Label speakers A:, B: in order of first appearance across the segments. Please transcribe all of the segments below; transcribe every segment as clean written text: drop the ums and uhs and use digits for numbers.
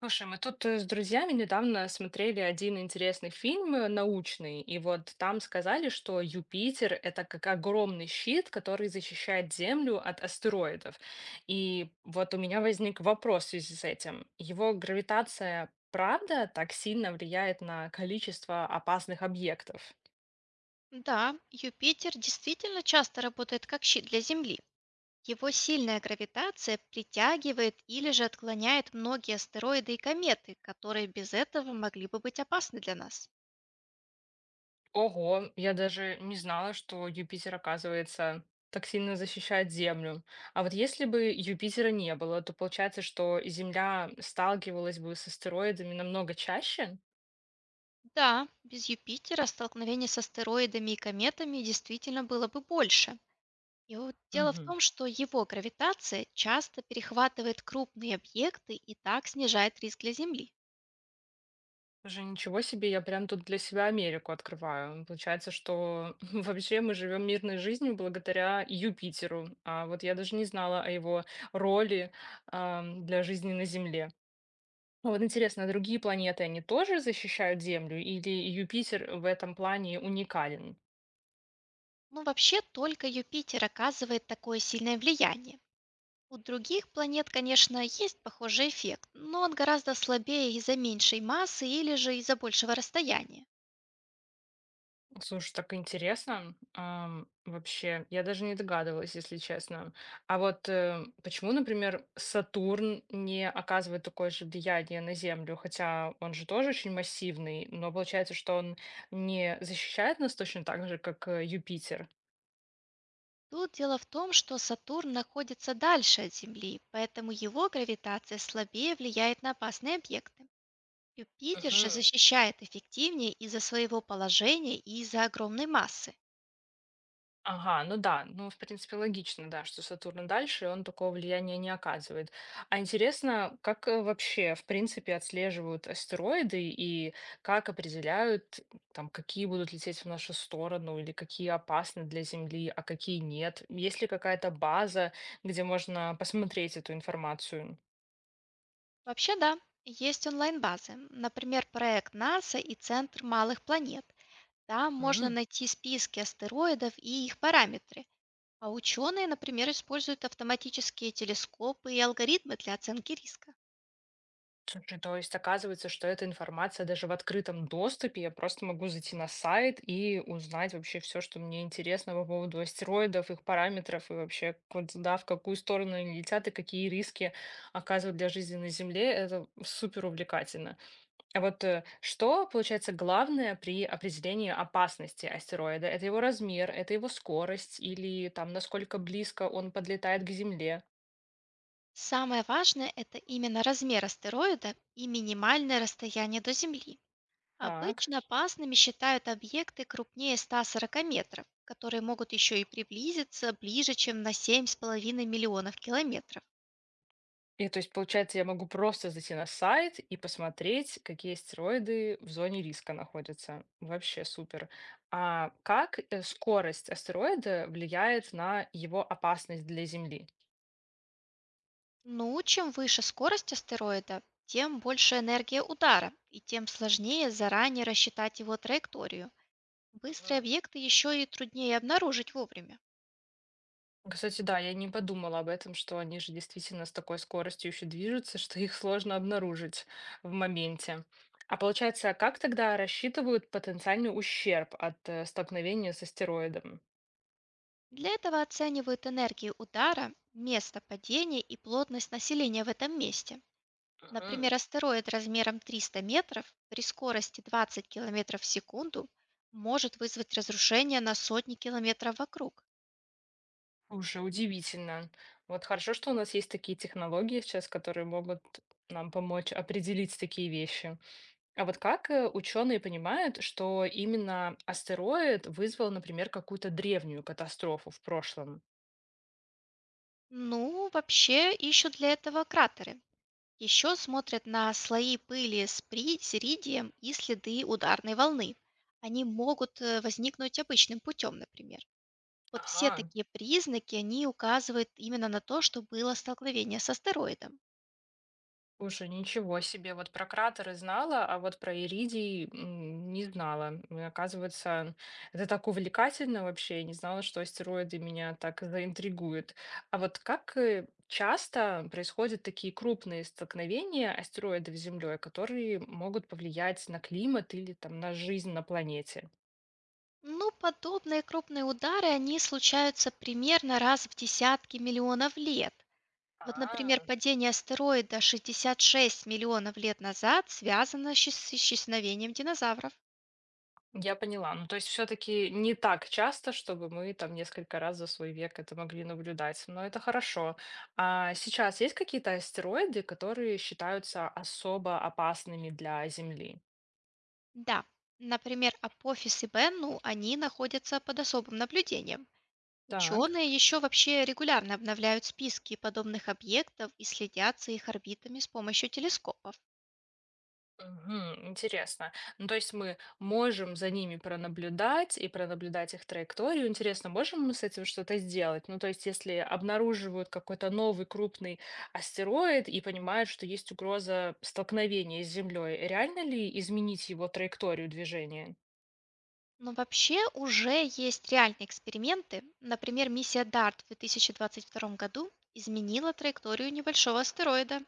A: Слушай, мы тут с друзьями недавно смотрели один интересный фильм научный, и вот там сказали, что Юпитер— это как огромный щит, который защищает Землю от астероидов. И вот у меня возник вопрос в связи с этим. Его гравитация правда так сильно влияет на количество опасных объектов?
B: Да, Юпитер действительно часто работает как щит для Земли. Его сильная гравитация притягивает или же отклоняет многие астероиды и кометы, которые без этого могли бы быть опасны для нас.
A: Ого, я даже не знала, что Юпитер, оказывается, так сильно защищает Землю. А вот если бы Юпитера не было, то получается, что Земля сталкивалась бы с астероидами намного чаще?
B: Да, без Юпитера столкновение с астероидами и кометами действительно было бы больше. И вот дело в
A: Мгм.
B: том, что его гравитация часто перехватывает крупные объекты и так снижает риск для Земли.
A: Уже ничего себе, я прям тут для себя Америку открываю. Получается, что вообще мы живем мирной жизнью благодаря Юпитеру. А вот я даже не знала о его роли, для жизни на Земле. А вот интересно, а другие планеты, они тоже защищают Землю, или Юпитер в этом плане уникален?
B: Ну, вообще, только Юпитер оказывает такое сильное влияние. У других планет, конечно, есть похожий эффект, но он гораздо слабее из-за меньшей массы или же из-за большего расстояния.
A: Слушай, так интересно, вообще, я даже не догадывалась, если честно. А вот почему, например, Сатурн не оказывает такое же влияние на Землю, хотя он же тоже очень массивный, но получается, что он не защищает нас точно так же, как Юпитер?
B: Тут дело в том, что Сатурн находится дальше от Земли, поэтому его гравитация слабее влияет на опасные объекты. Юпитер же
A: Мгм.
B: защищает эффективнее из-за своего положения и из-за огромной массы.
A: Ага, ну да, ну, в принципе, логично, да, что Сатурн дальше, и он такого влияния не оказывает. А интересно, как вообще, в принципе, отслеживают астероиды и как определяют, там, какие будут лететь в нашу сторону или какие опасны для Земли, а какие нет? Есть ли какая-то база, где можно посмотреть эту информацию?
B: Вообще да, есть онлайн-базы, например, проект НАСА и Центр малых планет. Там можно найти списки астероидов и их параметры. А ученые, например, используют автоматические телескопы и алгоритмы для оценки риска.
A: Слушай, то есть оказывается, что эта информация даже в открытом доступе. Я просто могу зайти на сайт и узнать вообще все, что мне интересно по поводу астероидов, их параметров и вообще, куда, да, в какую сторону они летят и какие риски оказывают для жизни на Земле. Это супер увлекательно. А вот что, получается, главное при определении опасности астероида? Это его размер, это его скорость или там насколько близко он подлетает к Земле?
B: Самое важное– это именно размер астероида и минимальное расстояние до Земли.
A: Так.
B: Обычно опасными считают объекты крупнее 140 метров, которые могут еще и приблизиться ближе, чем на семь с половиной миллионов километров.
A: И то есть, получается, я могу просто зайти на сайт и посмотреть, какие стероиды в зоне риска находятся. Вообще супер. А как скорость астероида влияет на его опасность для Земли?
B: Ну, чем выше скорость астероида, тем больше энергия удара, и тем сложнее заранее рассчитать его траекторию. Быстрые
A: Мгм.
B: объекты еще и труднее обнаружить вовремя.
A: Кстати, да, я не подумала об этом, что они же действительно с такой скоростью еще движутся, что их сложно обнаружить в моменте. А получается, а как тогда рассчитывают потенциальный ущерб от столкновения с астероидом?
B: Для этого оценивают энергию удара, место падения и плотность населения в этом месте.
A: Мгм.
B: Например, астероид размером 300 метров при скорости 20 километров в секунду может вызвать разрушение на сотни километров вокруг.
A: Уже удивительно. Вот хорошо, что у нас есть такие технологии сейчас, которые могут нам помочь определить такие вещи. А вот как ученые понимают, что именно астероид вызвал, например, какую-то древнюю катастрофу в прошлом?
B: Ну, вообще ищут для этого кратеры. Еще смотрят на слои пыли с сиридием и следы ударной волны. Они могут возникнуть обычным путем, например. Вот все
A: Ага,
B: такие признаки, они указывают именно на то, что было столкновение с астероидом.
A: слушай, ничего себе, вот про кратеры знала, а вот про иридий не знала. И оказывается, это так увлекательно вообще, я не знала, что астероиды меня так заинтригуют. А вот как часто происходят такие крупные столкновения астероидов с Землей, которые могут повлиять на климат или там на жизнь на планете?
B: Ну, подобные крупные удары, они случаются примерно раз в десятки миллионов лет. Вот, например,
A: А,
B: падение астероида 66 миллионов лет назад связано с исчезновением динозавров.
A: я поняла. Ну, то есть все-таки не так часто, чтобы мы там несколько раз за свой век это могли наблюдать, но это хорошо. А сейчас есть какие-то астероиды, которые считаются особо опасными для Земли?
B: Да, например, Апофис и Бенну, они находятся под особым наблюдением.
A: Так.
B: Ученые еще вообще регулярно обновляют списки подобных объектов и следят за их орбитами с помощью телескопов.
A: Мгм. Интересно. Ну, то есть мы можем за ними пронаблюдать и пронаблюдать их траекторию. Интересно, можем мы с этим что-то сделать? Ну, то есть если обнаруживают какой-то новый крупный астероид и понимают, что есть угроза столкновения с Землей, реально ли изменить его траекторию движения?
B: Но вообще уже есть реальные эксперименты. Например, миссия Дарт в 2022 году изменила траекторию небольшого астероида.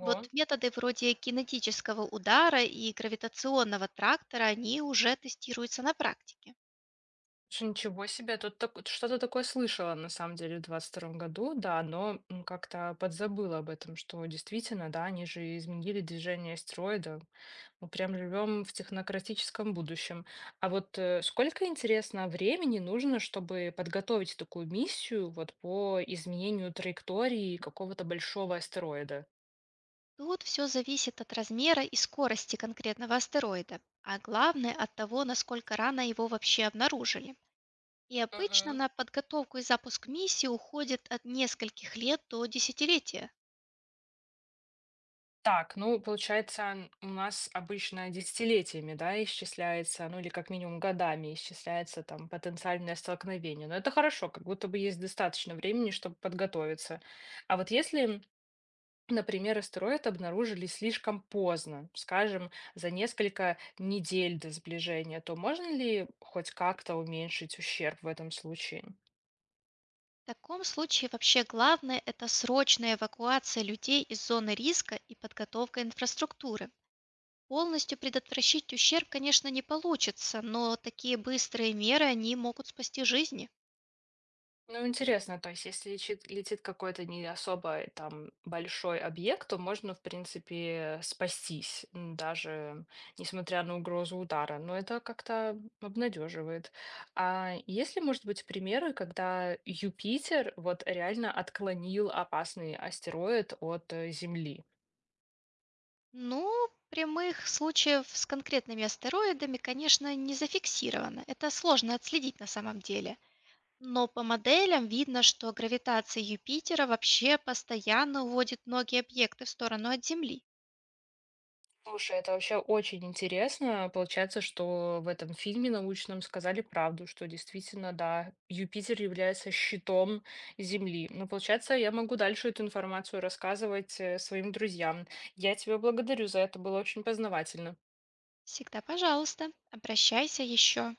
B: Вот методы вроде кинетического удара и гравитационного трактора, они уже тестируются на практике.
A: Слушай, ничего себе, что-то такое слышала на самом деле в 22 году, да, но как-то подзабыла об этом, что действительно, да, они же изменили движение астероида. Мы прям живем в технократическом будущем. А вот сколько, интересно, времени нужно, чтобы подготовить такую миссию вот по изменению траектории какого-то большого астероида?
B: Тут все зависит от размера и скорости конкретного астероида, а главное от того, насколько рано его вообще обнаружили. И обычно
A: Мгм.
B: на подготовку и запуск миссии уходит от нескольких лет до десятилетия.
A: Так, ну, получается, у нас обычно десятилетиями, да, исчисляется, ну, или как минимум годами исчисляется там потенциальное столкновение. Но это хорошо, как будто бы есть достаточно времени, чтобы подготовиться. А вот если например, астероид обнаружили слишком поздно, скажем, за несколько недель до сближения, то можно ли хоть как-то уменьшить ущерб в этом случае?
B: В таком случае вообще главное– это срочная эвакуация людей из зоны риска и подготовка инфраструктуры. Полностью предотвращить ущерб, конечно, не получится, но такие быстрые меры, они могут спасти жизни.
A: Ну, интересно, то есть если летит какой-то не особо там большой объект, то можно, в принципе, спастись, даже несмотря на угрозу удара. Но это как-то обнадеживает. А есть ли, может быть, примеры, когда Юпитер вот реально отклонил опасный астероид от Земли?
B: Ну, прямых случаев с конкретными астероидами, конечно, не зафиксировано. Это сложно отследить на самом деле. Но по моделям видно, что гравитация Юпитера вообще постоянно уводит многие объекты в сторону от Земли.
A: Слушай, это вообще очень интересно. Получается, что в этом фильме научном сказали правду, что действительно, да, Юпитер является щитом Земли. Ну, получается, я могу дальше эту информацию рассказывать своим друзьям. Я тебя благодарю за это, было очень познавательно.
B: Всегда, пожалуйста, обращайся еще.